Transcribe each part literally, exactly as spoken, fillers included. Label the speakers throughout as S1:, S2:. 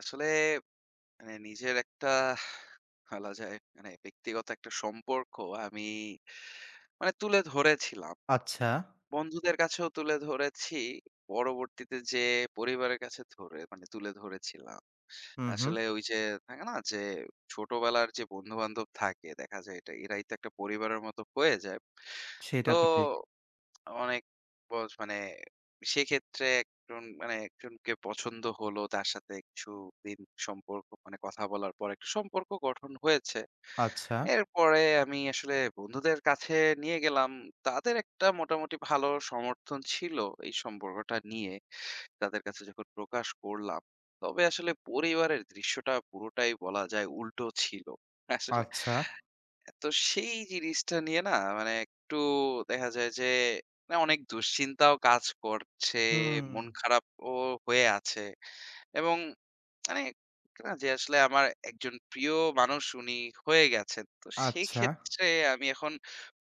S1: আসলে মানে নিজের একটা, বলা যায় মানে ব্যক্তিগত একটা সম্পর্ক আমি মানে তুলে ধরেছিলাম।
S2: আচ্ছা।
S1: উম বন্ধুদের কাছেও তুলে ধরেছি। পরবর্তীতে যেয়ে পরিবারের কাছে ধরে মানে তুলে ধরেছিলাম।
S2: হুম, হুম।
S1: আসলে ওই যে থাকে না, যে ছোটবেলার যে বন্ধু-বান্ধব থাকে, দেখা যায় এটা, এরাই তো একটা পরিবারের মতো হয়ে যায়। তো
S2: সেটা তো ঠিক।
S1: অনেক বস, মানে সেক্ষেত্রে একজন মানে একজনকে পছন্দ হলো। তার সাথে কিছুদিন সম্পর্ক মানে কথা বলার পর একটা সম্পর্ক গঠন হয়েছে।
S2: আচ্ছা,
S1: এরপরে আমি আসলে বন্ধুদের কাছে নিয়ে গেলাম। তাদের একটা মোটামুটি ভালো সমর্থন ছিল এই সম্পর্কটা নিয়ে। তাদের কাছে যখন প্রকাশ করলাম। তবে আসলে পরিবারের দৃশ্যটা পুরোটাই বলা যায় উল্টো ছিল। আসলে
S2: আচ্ছা।
S1: তো সেই জিনিসটা নিয়ে না, মানে একটু দেখা যায় যে না, অনেক দুশ্চিন্তাও কাজ করছে,
S2: হুম,
S1: মন খারাপও হয়ে আছে। এবং মানে না, যে আসলে আমার একজন প্রিয় মানুষ উনি হয়ে গেছেন। তো সেই
S2: আচ্ছা।
S1: ক্ষেত্রে আমি এখন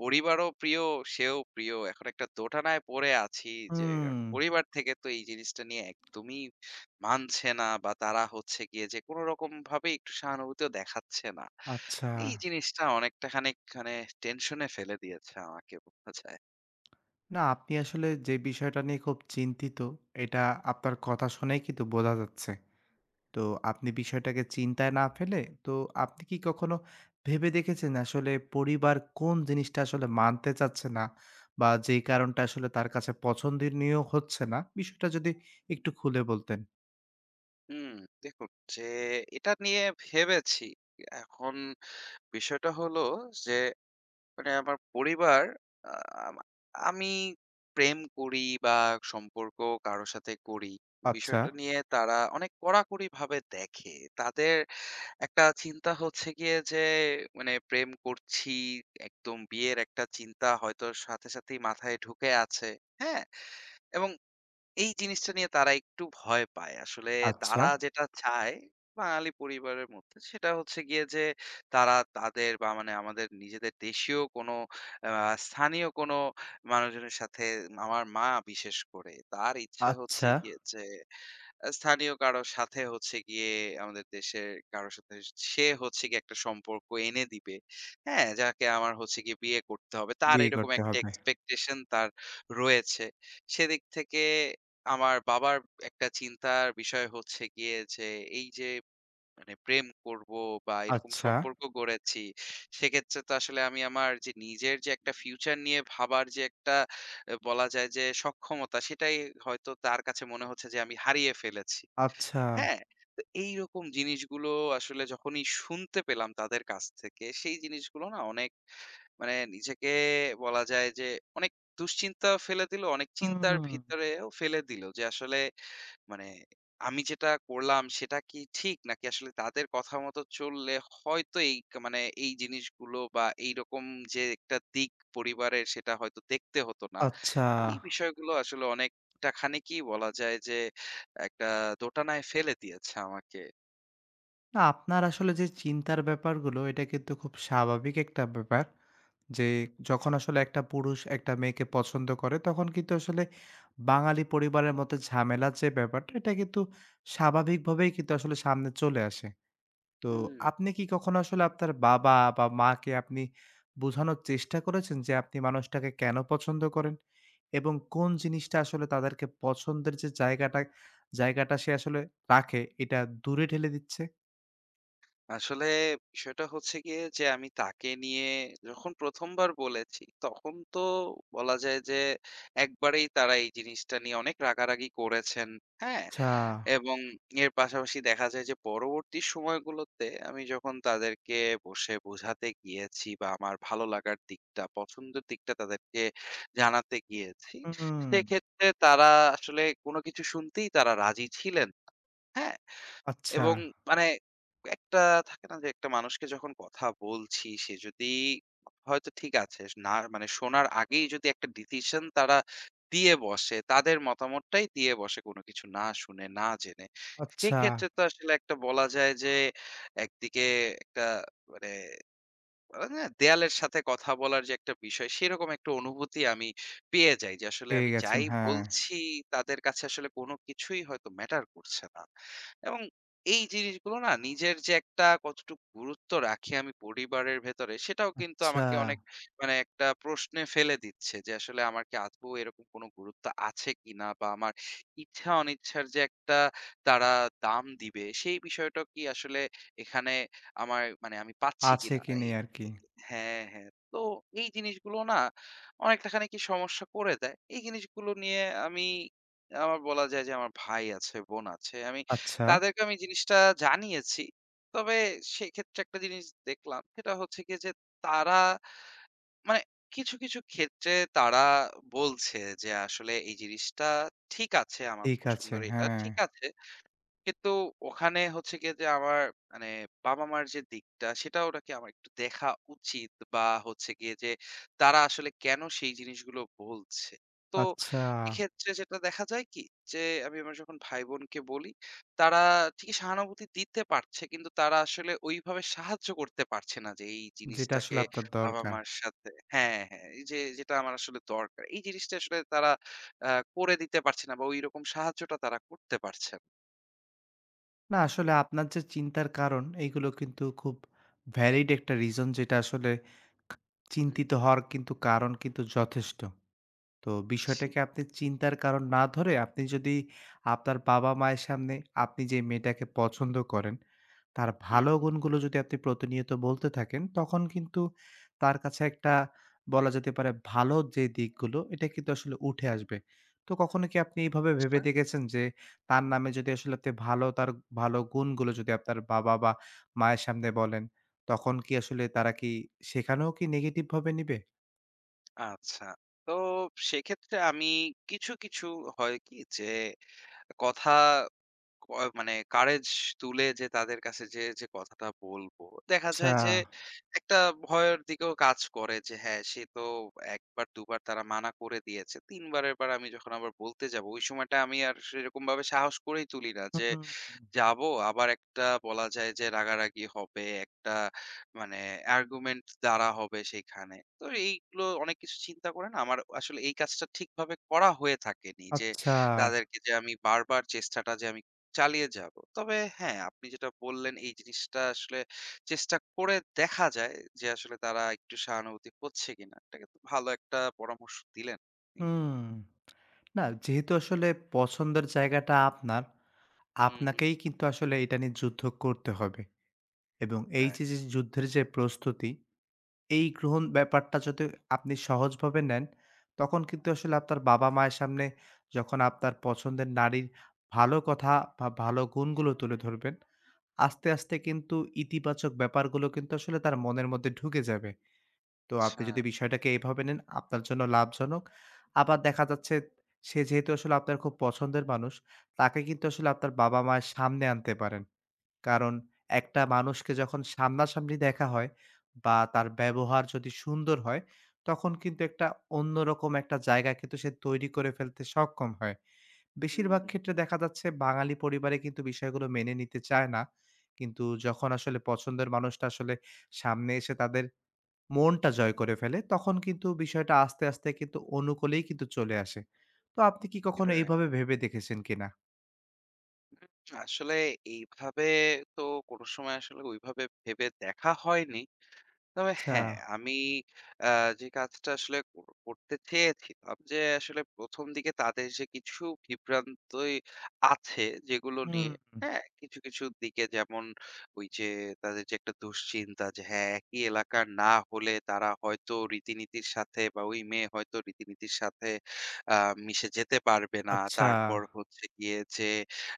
S1: পরিবারও প্রিয়, সেও প্রিয়। এখন একটা দোটানায় পড়ে আছি যে
S2: হুম,
S1: পরিবার থেকে তো এই জিনিসটা নিয়ে একদমই মানছে না, বা তারা হচ্ছে গিয়ে যে কোনরকম ভাবে একটু সহানুভূতিও দেখাচ্ছে না।
S2: আচ্ছা।
S1: এই জিনিসটা অনেকটা খানিক মানে টেনশনে ফেলে দিয়েছে আমাকে, বলা যায়।
S2: না, আপনি আসলে যে বিষয়টা নিয়ে খুব চিন্তিত, এটা আপনার কথা শুনেই কিন্তু বোঝা যাচ্ছে। তো আপনি বিষয়টাকে চিন্তায় না ফেলে, তো আপনি কি কখনো ভেবে দেখেছেন আসলে পরিবার কোন জিনিসটা আসলে মানতে চাচ্ছে না বা যেই কারণটা আসলে তার কাছে পছন্দনীয় হচ্ছে না? বিষয়টা যদি একটু খুলে বলতেন।
S1: হুম, দেখুন, যে এটা নিয়ে ভেবেছি। এখন বিষয়টা হলো যে, মানে আমার পরিবার, আ আমা আমি প্রেম করি বা সম্পর্ক কারো সাথে করি।
S2: আচ্ছা,
S1: বিষয়টা নিয়ে তারা অনেক কড়াকড়িভাবে দেখে। তাদের একটা চিন্তা হচ্ছে গিয়ে যে, মানে প্রেম করছি, একদম বিয়ের একটা চিন্তা হয়তো সাথে, সাথেই মাথায় ঢুকে আছে। হ্যাঁ? এবং এই জিনিসটা নিয়ে তারা একটু ভয় পায়। আসলে
S2: আচ্ছা,
S1: তারা যেটা চায় বাঙালি পরিবারের মধ্যে, সেটা হচ্ছে গিয়ে যে তারা তাদের, বা মানে আমাদের নিজেদের দেশীয় কোনো আ স্থানীয় কোনো মানুষজনের সাথে, আমার মা বিশেষ করে তার ইচ্ছে হচ্ছে
S2: আচ্ছা।
S1: গিয়ে যে, আ স্থানীয় কারো সাথে হচ্ছে গিয়ে, আমাদের দেশের কারো সাথে সে হচ্ছে গিয়ে একটা সম্পর্ক এনে দিবে। হ্যাঁ? যাকে আমার হচ্ছে গিয়ে বিয়ে করতে হবে। তার
S2: বিয়ে
S1: এরকম
S2: করতে
S1: একটা
S2: হবে।
S1: এক্সপেকটেশন তার রয়েছে। সেদিক থেকে আমার বাবার একটা চিন্তার বিষয় হচ্ছে গিয়ে যে, এই যে মানে প্রেম করব বা এরকম
S2: আচ্ছা,
S1: সম্পর্ক গড়েছি। সেক্ষেত্রে তো আসলে আমি আমার যে নিজের যে একটা ফিউচার নিয়ে ভাবার যে একটা, এ বলা যায় যে সক্ষমতা, সেটাই হয়তো তার কাছে মনে হচ্ছে যে আমি হারিয়ে ফেলেছি।
S2: আচ্ছা।
S1: হ্যাঁ? তো এইরকম জিনিসগুলো আসলে যখনই শুনতে পেলাম তাদের কাছ থেকে, সেই জিনিসগুলো না অনেক মানে নিজেকে বলা যায় যে অনেক দুশ্চিন্তা ফেলে দিল, অনেক চিন্তার
S2: হুম,
S1: ভিতরেও ফেলে দিল, যে আসলে মানে আমি যেটা করলাম সেটা কি ঠিক? নাকি আসলে তাদের কথা মতো চললে হয়তো এই ক মানে এই জিনিসগুলো বা এইরকম যে একটা দিক পরিবারের সেটা হয়তো দেখতে হতো না।
S2: আচ্ছা।
S1: এই বিষয়গুলো আসলে অনেকটা খানিকই বলা যায় যে একটা দোটানায় ফেলে দিয়েছে আমাকে।
S2: না আপনার আসলে যে চিন্তার ব্যাপারগুলো এটা কিন্তু খুব স্বাভাবিক একটা ব্যাপার। যে যখন আসলে একটা পুরুষ একটা মেয়েকে পছন্দ করে তখন কিন্তু আসলে বাঙালি পরিবারের মতো ঝামেলার যে ব্যাপারটা এটা কিন্তু স্বাভাবিকভাবেই কিন্তু আসলে সামনে চলে আসে। তো
S1: হুম,
S2: আপনি কি কখনো আসলে আপনার বাবা বা মাকে আপনি বোঝানোর চেষ্টা করেছেন যে আপনি মানুষটাকে কেন পছন্দ করেন? এবং কোন জিনিসটা আসলে তাদেরকে পছন্দের যে জায়গাটা, জায়গাটা সে আসলে রাখে এটা দূরে ঠেলে দিচ্ছে?
S1: আসলে বিষয়টা হচ্ছে গিয়ে যে, আমি তাকে নিয়ে যখন প্রথম বার বলেছি, তখন তো বলা যায় যে একবারেই তারা এই জিনিসটা নিয়ে অনেক রাগারাগি করেছেন। হ্যাঁ?
S2: আচ্ছা।
S1: এবং এর পাশাপাশি দেখা যায় যে পরবর্তী সময়গুলোতে আমি যখন তাদেরকে বসে বোঝাতে গিয়েছি, বা আমার ভালো লাগার দিকটা, পছন্দের দিকটা তাদেরকে জানাতে গিয়েছি,
S2: হুম।
S1: সেক্ষেত্রে তারা আসলে কোনো কিছু শুনতেই তারা রাজি ছিলেন না। হ্যাঁ?
S2: আচ্ছা,
S1: এবং মানে একটা থাকে না, যে একটা মানুষকে যখন কথা বলছি সে যদি হয়তো ঠিক আছে, না মানে শোনার আগেই যদি একটা ডিসিশন তারা দিয়ে বসে, তাদের মতামতটাই দিয়ে বসে, কোনো কিছু না শুনে না জেনে,
S2: আচ্ছা।
S1: সেক্ষেত্রে তো আসলে একটা বলা যায় যে একদিকে একটা মানে আ না, দেয়ালের সাথে কথা বলার যে একটা বিষয়, সেরকম একটা অনুভূতি আমি পেয়ে যাই যে, আসলে
S2: পেয়ে
S1: আমি
S2: গেছেন,
S1: যাই
S2: হ্যাঁ।
S1: বলছি, তাদের কাছে আসলে কোনো কিছুই হয়তো ম্যাটার করছে না। এবং এই জিনিসগুলো না, নিজের যে একটা কতটুকু গুরুত্ব রাখি আমি পরিবারের ভেতরে, সেটাও কিন্তু
S2: আচ্ছা।
S1: আমাকে অনেক মানে একটা প্রশ্নে ফেলে দিচ্ছে যে, আসলে আমার কি আদৌ এরকম কোনো গুরুত্ব আছে কিনা? বা আমার ইচ্ছা অনিচ্ছার যে একটা তারা দাম দিবে, সেই বিষয়টা কি আসলে এখানে আমার, মানে আমি পাচ্ছি
S2: আছে
S1: কিনা?
S2: কি নেই আরকি।
S1: এ হ্যাঁ, হ্যাঁ। তো এই জিনিসগুলো না অনেকটা খানিকি সমস্যা করে দেয়। এই জিনিসগুলো নিয়ে আমি, আমার বলা যায় যে আমার ভাই আছে, বোন আছে। আমি
S2: আচ্ছা,
S1: তাদেরকে আমি জিনিসটা জানিয়েছি। তবে সেক্ষেত্রে একটা জিনিস দেখলাম, সেটা হচ্ছে গিয়ে যে তারা মানে কিছু, কিছু ক্ষেত্রে তারা বলছে যে আসলে এই জিনিসটা ঠিক আছে, আমার
S2: ঠিক আছে,
S1: পছন্দের এটা
S2: হ্যাঁ।
S1: ঠিক আছে। কিন্তু ওখানে হচ্ছে গিয়ে যে আমার মানে বাবা-মার যে দিকটা সেটাও নাকি আমার একটু দেখা উচিত, বা হচ্ছে গিয়ে যে তারা আসলে কেন সেই জিনিসগুলো বলছে। তো
S2: আচ্ছা,
S1: এক্ষেত্রে যেটা দেখা যায় কি, যে আমি আমার যখন ভাই-বোনকে বলি, তারা ঠিকই সহানুভূতি দিতে পারছে, কিন্তু তারা আসলে ওইভাবে সাহায্য করতে পারছে না, যে এই
S2: যেটা আসলে
S1: জিনিসটাকে
S2: আপনার দরকার।
S1: বাবা-মার সাথে, হ্যাঁ, হ্যাঁ, এই যে যেটা আমার আসলে দরকার। এই জিনিসটা আসলে তারা আ করে দিতে পারছে না, বা ওইরকম সাহায্যটা তারা করতে পারছে না।
S2: না আসলে আপনার যে চিন্তার কারণ এইগুলো কিন্তু খুব ভ্যালিড একটা রিজন যেটা আসলে খা
S1: হুম।
S2: চিন্তিত হওয়ার কিন্তু কারণ কিন্তু যথেষ্ট। তো
S1: ছি।
S2: বিষয়টাকে আপনি চিন্তার কারণ না ধরে আপনি যদি আপনার বাবা-মায়ের সামনে আপনি যে মেয়েটাকে পছন্দ করেন, তার
S1: হুম,
S2: ভালো
S1: হুম।
S2: গুণগুলো যদি আপনি প্রতিনিয়ত বলতে থাকেন, তখন কিন্তু তার কাছে একটা বলা যেতে পারে ভালো যে দিকগুলো, এটা কিন্তু আসলে উঠে আসবে। তো কখনো কি আপনি এইভাবে ভেবে
S1: আচ্ছা।
S2: দেখেছেন যে তার নামে যদি আসলে আপনি ভালো তার ভালো গুণগুলো যদি আপনার বাবা বা মায়ের সামনে বলেন, তখন কি আসলে তারা কি সেখানেও কি নেগেটিভ ভাবে নিবে?
S1: আচ্ছা। তো সেক্ষেত্রে আমি কিছু, কিছু হয় কি, যে কথা ক মানে courage তুলে যে তাদের কাছে যে, যে কথাটা বলবো, দেখা
S2: আচ্ছা,
S1: যায় যে একটা ভয়ের দিকেও কাজ করে যে হ্যাঁ, সে তো এক বার দুই বার তারা মানা করে দিয়েছে। তিন বারের বার আমি যখন আবার বলতে যাবো, ওই সময়টা আমি আর সেরকমভাবে সাহস করেই তুলি না যে
S2: হুম।
S1: যাবো, আবার একটা বলা যায় যে রাগারাগি হবে, একটা মানে আর্গুমেন্ট দ্বারা হবে সেইখানে। তো এইগুলো অনেক কিছু চিন্তা করে না আমার আসলে এই কাজটা ঠিকভাবে করা হয়ে থাকেনি, যে
S2: আচ্ছা,
S1: তাদেরকে যে আমি বারবার চেষ্টাটা যে আমি চালিয়ে যাব। তবে হ্যাঁ, আপনি যেটা বললেন এই জিনিসটা আসলে চেষ্টা করে দেখা যায় যে আসলে তারা একটু সহানুভূতি হচ্ছে কিনা। এটা কিন্তু ভালো একটা পরামর্শ দিলেন আপনি।
S2: হুম। না যেহেতু আসলে পছন্দের জায়গাটা আপনার,
S1: হুম, হুম।
S2: আপনাকেই কিন্তু আসলে এটা নিয়ে যুদ্ধ করতে হবে এবং এই
S1: রাইট।
S2: যে, যে যুদ্ধের যে প্রস্তুতি, এই গ্রহণ ব্যাপারটা যদি আপনি সহজভাবে নেন, তখন কিন্তু আসলে আপনার বাবা-মায়ের সামনে যখন আপনার পছন্দের নারীর ভালো কথা বা ভালো গুণগুলো তুলে ধরবেন, আস্তে, আস্তে কিন্তু ইতিবাচক ব্যাপারগুলো কিন্তু আসলে তার মনের মধ্যে ঢুকে যাবে। তো আপনি
S1: আচ্ছা।
S2: যদি বিষয়টাকে এভাবে নেন আপনার জন্য লাভজনক। আবার দেখা যাচ্ছে সে যেহেতু আসলে আপনার খুব পছন্দের মানুষ, তাকে কিন্তু আসলে আপনার বাবা-মায়ের সামনে আনতে পারেন। কারণ একটা মানুষকে যখন সামনাসামনি দেখা হয় বা তার ব্যবহার যদি সুন্দর হয়, তখন কিন্তু একটা অন্যরকম একটা জায়গা কিন্তু সে তৈরি করে ফেলতে সক্ষম হয়।
S1: হুম,
S2: বেশিরভাগ ক্ষেত্রে দেখা যাচ্ছে বাঙালি পরিবারে কিন্তু বিষয়গুলো মেনে নিতে চায় না। কিন্তু যখন আসলে পছন্দের মানুষটা আসলে সামনে এসে তাদের মনটা জয় করে ফেলে, তখন কিন্তু বিষয়টা আস্তে, আস্তে কিন্তু অনুকূলেই কিন্তু চলে আসে। তো আপনি কি কখনো এইভাবে ভেবে দেখেছেন কিনা?
S1: আসলে এইভাবে তো কোনো সময় আসলে ওইভাবে ভেবে দেখা হয়নি। তবে
S2: আচ্ছা,
S1: হ্যাঁ, আমি আ যে কাজটা আসলে কর করতে চেয়েছিলাম যে, আসলে প্রথম দিকে তাদের যে কিছু বিভ্রান্তই আছে যেগুলো
S2: হুম,
S1: নিয়ে, হ্যাঁ? কিছু, কিছু দিকে যেমন ওই যে তাদের যে একটা দুশ্চিন্তা যে হ্যাঁ, একই এলাকার না হলে তারা হয়তো রীতিনীতির সাথে, বা ওই মেয়ে হয়তো রীতিনীতির সাথে আ মিশে যেতে পারবে না।
S2: আচ্ছা,
S1: তারপর হচ্ছে গিয়ে যে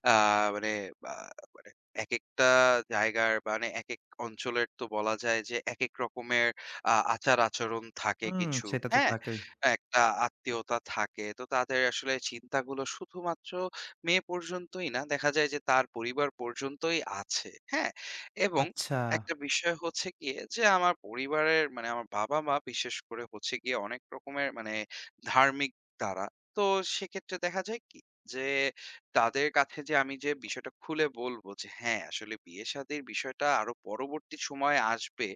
S1: আ মানে আ মানে একেকটা জায়গার মানে একেক অঞ্চলের তো বলা যায় যে একেক রকমের আ আচার-আচরণ থাকে
S2: হুম,
S1: কিছু,
S2: সেটা তো
S1: হ্যাঁ?
S2: থাকেই।
S1: একটা আত্মীয়তা থাকে। তো তাদের আসলে চিন্তাগুলো শুধুমাত্র মেয়ে পর্যন্তই না, দেখা যায় যে তার পরিবার পর্যন্তই আছে, হ্যাঁ? এবং
S2: আচ্ছা,
S1: একটা বিষয় হচ্ছে গিয়ে যে আমার পরিবারের, মানে আমার বাবা-মা বিশেষ করে হচ্ছে গিয়ে অনেক রকমের মানে ধার্মিক তারা। তো সেক্ষেত্রে দেখা যায় কি, যে তাদের কাছে যে আমি যে বিষয়টা খুলে বলব যে হ্যাঁ, আসলে বিয়ে-শাদির বিষয়টা আরো পরবর্তী সময়ে আসবে।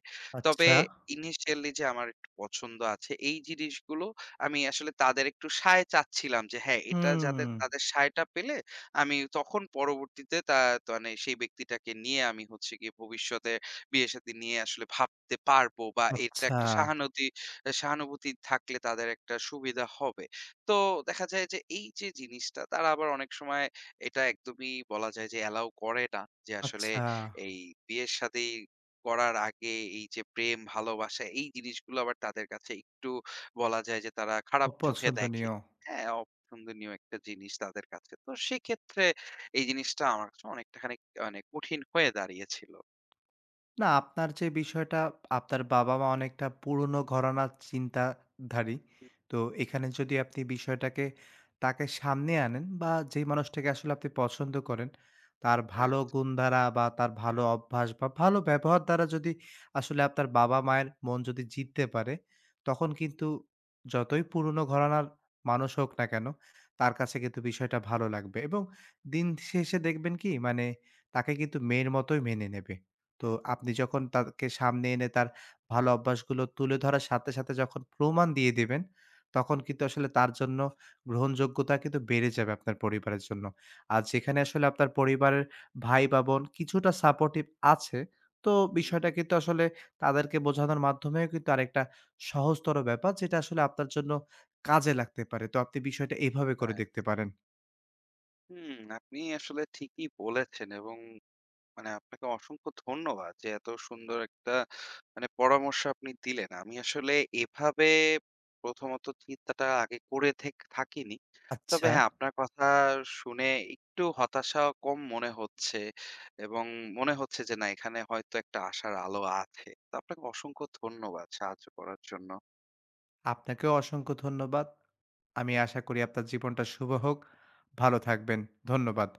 S1: তবে
S2: আচ্ছা,
S1: ইনিশিয়ালি যে আমার একটু পছন্দ আছে, এই জিনিসগুলো আমি আসলে তাদের একটু সায় চাচ্ছিলাম যে হ্যাঁ, এটা
S2: হুম,
S1: যাতে, তাদের সায়টা পেলে আমি তখন পরবর্তীতে তা মানে সেই ব্যক্তিটাকে নিয়ে আমি হচ্ছে গিয়ে ভবিষ্যতে বিয়ে-শাদি নিয়ে আসলে ভাবতে পারবো, বা এটা
S2: আচ্ছা,
S1: একটা সহানুতি সহানুভূতি থাকলে তাদের একটা সুবিধা হবে। তো দেখা যায় যে এই যে জিনিসটা তারা আবার অনেক সময় এটা একদমই বলা যায় যে অ্যালাও করে না। যে আসলে
S2: আচ্ছা,
S1: এই বিয়ের শাদী করার আগে এই যে প্রেম, ভালোবাসা এই জিনিসগুলো আবার তাদের কাছে একটু বলা যায় যে তারা খারাপ চোখে দেখে।
S2: অপছন্দনীয়।
S1: হ্যাঁ, অপছন্দনীয় একটা জিনিস তাদের কাছে। তো সেক্ষেত্রে এই জিনিসটা আমার কাছে অনেকটা খানিক মানে কঠিন হয়ে দাঁড়িয়েছিল।
S2: না, আপনার যে বিষয়টা, আপনার বাবা-মা অনেকটা পুরনো ঘরানার চিন্তাধারী।
S1: হুম,
S2: তো এখানে যদি আপনি বিষয়টাকে তাকে সামনে আনেন বা যেই মানুষটাকে আসলে আপনি পছন্দ করেন, তার ভালো
S1: রাইট।
S2: গুণ দ্বারা বা তার ভালো অভ্যাস বা ভালো ব্যবহার দ্বারা যদি আসলে আপনার বাবা-মায়ের মন যদি জিততে পারে, তখন কিন্তু যতই পুরনো ঘরানার মানুষ হোক না কেন, তার কাছে কিন্তু বিষয়টা ভালো লাগবে এবং দিন শেষে দেখবেন কি? মানে তাকে কিন্তু মেয়ের মতোই মেনে নেবে। তো আপনি যখন তাকে সামনে এনে তার ভালো অভ্যাসগুলো তুলে ধরার সাথে, সাথে যখন প্রমাণ দিয়ে দিবেন, তখন
S1: হুম, হুম,
S2: কিন্তু আসলে তার জন্য গ্রহণযোগ্যতা কিন্তু বেড়ে যাবে আপনার পরিবারের জন্য। আর যেখানে আসলে আপনার পরিবারের ভাই বা বোন কিছুটা সাপোর্টিভ আছে, তো
S1: হুম,
S2: বিষয়টা
S1: হুম।
S2: কিন্তু আসলে তাদেরকে বোঝানোর মাধ্যমেও কিন্তু আরেকটা সহজতর ব্যাপার যেটা আসলে আপনার জন্য কাজে লাগতে পারে। তো আপনি বিষয়টা এভাবে করে
S1: হ্যাঁ।
S2: দেখতে পারেন।
S1: হুম, আপনি আসলে ঠিকই বলেছেন, এবং মানে আপনাকে অসংখ্য ধন্যবাদ যে এত সুন্দর একটা মানে পরামর্শ আপনি দিলেন। আমি আসলে এভাবে প্রথমত চিন্তাটা আগে করে থেক থাকিনি।
S2: আচ্ছা।
S1: তবে হ্যাঁ, আপনার কথা শুনে একটু হতাশা কম মনে হচ্ছে, এবং মনে হচ্ছে যে না এখানে হয়তো একটা আশার আলো আছে। তো আপনাকে অসংখ্য ধন্যবাদ সাহায্য করার জন্য।
S2: আপনাকেও অসংখ্য ধন্যবাদ। আমি আশা করি আপনার জীবনটা শুভ হোক। ভালো থাকবেন। ধন্যবাদ।